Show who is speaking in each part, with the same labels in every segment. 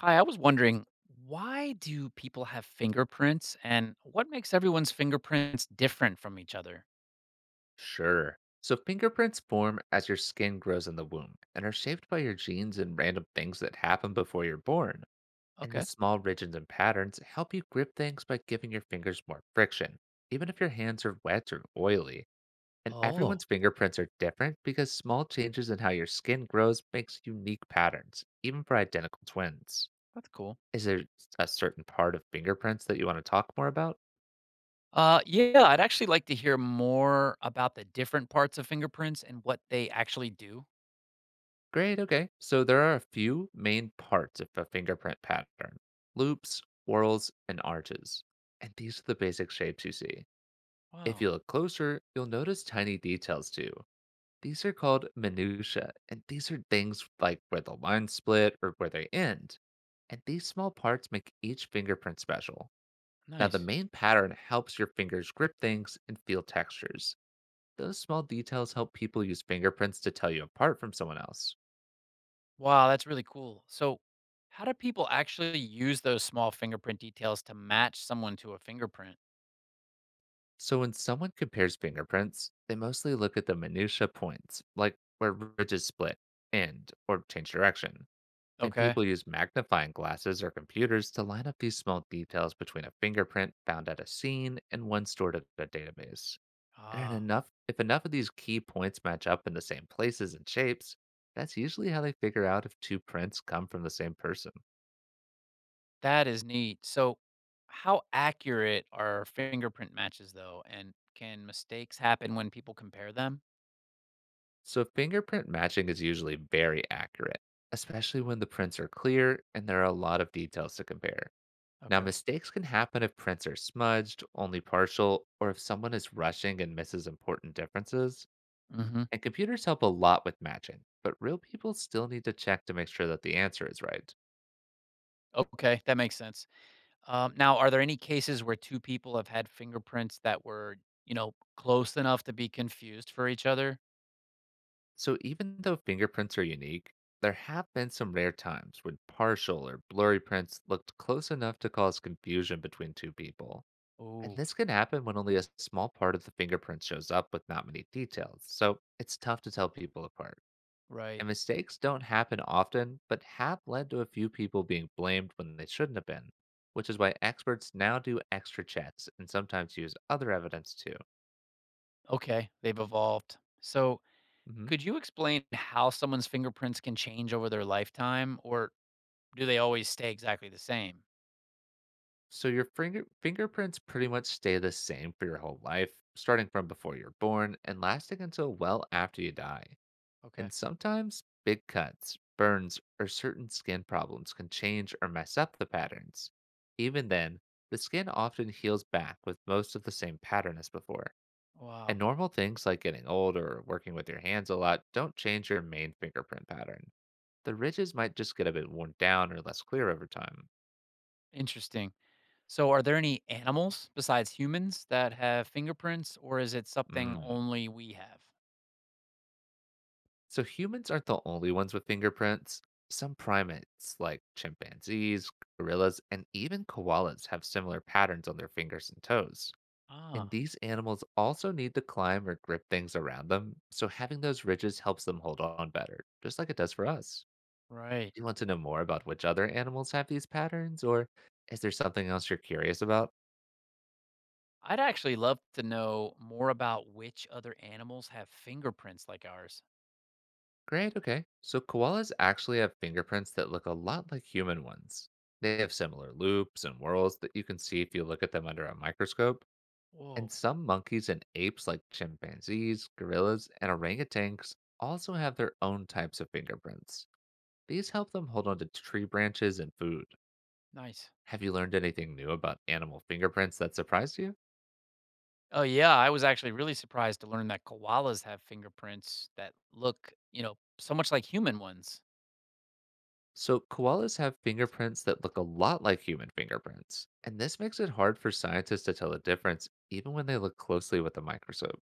Speaker 1: Hi, I was wondering why do people have fingerprints and what makes everyone's fingerprints different from each other?
Speaker 2: Sure. So fingerprints form as your skin grows in the womb and are shaped by your genes and random things that happen before you're born. And the
Speaker 1: Okay.
Speaker 2: small ridges and patterns help you grip things by giving your fingers more friction, even if your hands are wet or oily. And
Speaker 1: Oh,
Speaker 2: everyone's fingerprints are different because small changes in how your skin grows makes unique patterns, even for identical twins.
Speaker 1: that's cool.
Speaker 2: Is there a certain part of fingerprints that you want to talk more about?
Speaker 1: Yeah, I'd actually like to hear more about the different parts of fingerprints and what they actually do.
Speaker 2: Great. Okay. So there are a few main parts of a fingerprint pattern: loops, whorls, and arches. And these are the basic shapes you see. If
Speaker 1: Wow,
Speaker 2: you look closer, you'll notice tiny details too. These are called minutiae, and these are things like where the lines split or where they end. And these small parts make each fingerprint special. Now, the
Speaker 1: nice.
Speaker 2: main pattern helps your fingers grip things and feel textures. Those small details help people use fingerprints to tell you apart from someone else.
Speaker 1: Wow, that's really cool. So, how do people actually use those small fingerprint details to match someone to a fingerprint?
Speaker 2: So when someone compares fingerprints, they mostly look at the minutia points, like where ridges split, end, or change direction. And
Speaker 1: Okay.
Speaker 2: people use magnifying glasses or computers to line up these small details between a fingerprint found at a scene and one stored at a database.
Speaker 1: Ah,
Speaker 2: If enough of these key points match up in the same places and shapes, that's usually how they figure out if two prints come from the same person.
Speaker 1: that is neat. So, how accurate are fingerprint matches though, and can mistakes happen when people compare them?
Speaker 2: So, fingerprint matching is usually very accurate, especially when the prints are clear and there are a lot of details to compare. Now,
Speaker 1: Okay.
Speaker 2: mistakes can happen if prints are smudged, only partial, or if someone is rushing and misses important differences.
Speaker 1: Hmm.
Speaker 2: And computers help a lot with matching, but real people still need to check to make sure that the answer is right.
Speaker 1: Okay, that makes sense. Now, are there any cases where two people have had fingerprints that were close enough to be confused for each other?
Speaker 2: So, even though fingerprints are unique, there have been some rare times when partial or blurry prints looked close enough to cause confusion between two people. And
Speaker 1: Oh,
Speaker 2: this can happen when only a small part of the fingerprint shows up with not many details, so it's tough to tell people apart.
Speaker 1: right.
Speaker 2: And mistakes don't happen often, but have led to a few people being blamed when they shouldn't have been, which is why experts now do extra checks and sometimes use other evidence too.
Speaker 1: Okay, they've evolved. So,
Speaker 2: Hmm.
Speaker 1: could you explain how someone's fingerprints can change over their lifetime, or do they always stay exactly the same?
Speaker 2: So your fingerprints pretty much stay the same for your whole life, starting from before you're born and lasting until well after you die.
Speaker 1: Okay.
Speaker 2: And sometimes big cuts, burns, or certain skin problems can change or mess up the patterns. Even then, the skin often heals back with most of the same pattern as before, and
Speaker 1: Wow,
Speaker 2: normal things like getting old or working with your hands a lot don't change your main fingerprint pattern. The ridges might just get a bit worn down or less clear over time.
Speaker 1: interesting. So, are there any animals besides humans that have fingerprints, or is it something
Speaker 2: Mm.
Speaker 1: only we have?
Speaker 2: So humans aren't the only ones with fingerprints. Some primates, like chimpanzees, gorillas, and even koalas, have similar patterns on their fingers and toes. And
Speaker 1: Ah,
Speaker 2: these animals also need to climb or grip things around them, so having those ridges helps them hold on better, just like it does for us.
Speaker 1: right.
Speaker 2: Do you want to know more about which other animals have these patterns, or is there something else you're curious about?
Speaker 1: I'd actually love to know more about which other animals have fingerprints like ours.
Speaker 2: Great, okay. So koalas actually have fingerprints that look a lot like human ones. They have similar loops and whorls that you can see if you look at them under a microscope. And
Speaker 1: Whoa,
Speaker 2: some monkeys and apes, like chimpanzees, gorillas, and orangutans, also have their own types of fingerprints. These help them hold on to tree branches and food.
Speaker 1: nice.
Speaker 2: Have you learned anything new about animal fingerprints that surprised you?
Speaker 1: Oh, yeah. I was actually really surprised to learn that koalas have fingerprints that look so much like human ones.
Speaker 2: So, koalas have fingerprints that look a lot like human fingerprints, and this makes it hard for scientists to tell the difference even when they look closely with a microscope.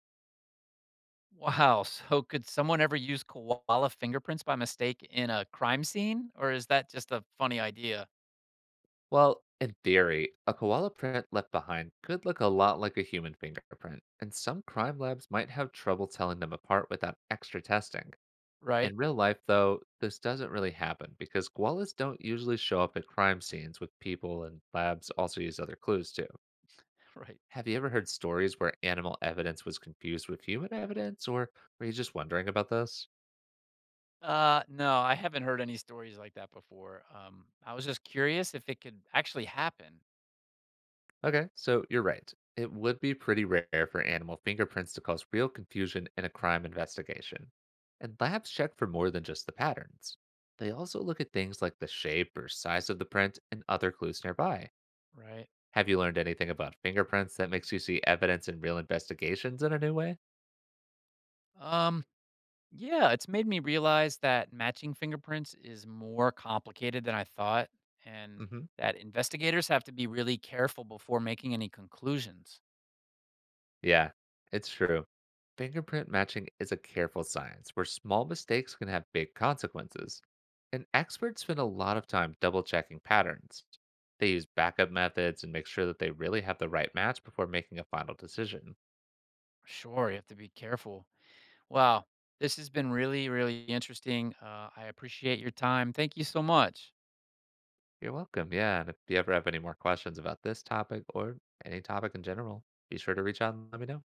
Speaker 1: Wow. So, could someone ever use koala fingerprints by mistake in a crime scene, or is that just a funny idea?
Speaker 2: Well, in theory, a koala print left behind could look a lot like a human fingerprint, and some crime labs might have trouble telling them apart without extra testing.
Speaker 1: Right.
Speaker 2: In real life, though, this doesn't really happen because koalas don't usually show up at crime scenes with people, and labs also use other clues too.
Speaker 1: Right.
Speaker 2: Have you ever heard stories where animal evidence was confused with human evidence, or were you just wondering about this?
Speaker 1: No, I haven't heard any stories like that before. I was just curious if it could actually happen,
Speaker 2: Okay, so you're right. It would be pretty rare for animal fingerprints to cause real confusion in a crime investigation. And labs check for more than just the patterns. They also look at things like the shape or size of the print and other clues nearby.
Speaker 1: right?
Speaker 2: Have you learned anything about fingerprints that makes you see evidence in real investigations in a new way?
Speaker 1: Um, yeah, it's made me realize that matching fingerprints is more complicated than I thought, and
Speaker 2: Hmm.
Speaker 1: that investigators have to be really careful before making any conclusions.
Speaker 2: Yeah, it's true. Fingerprint matching is a careful science where small mistakes can have big consequences. And experts spend a lot of time double checking patterns. They use backup methods and make sure that they really have the right match before making a final decision.
Speaker 1: Sure, you have to be careful. Wow, this has been really, really interesting. I appreciate your time. Thank you so much.
Speaker 2: You're welcome. Yeah. And if you ever have any more questions about this topic or any topic in general, be sure to reach out and let me know.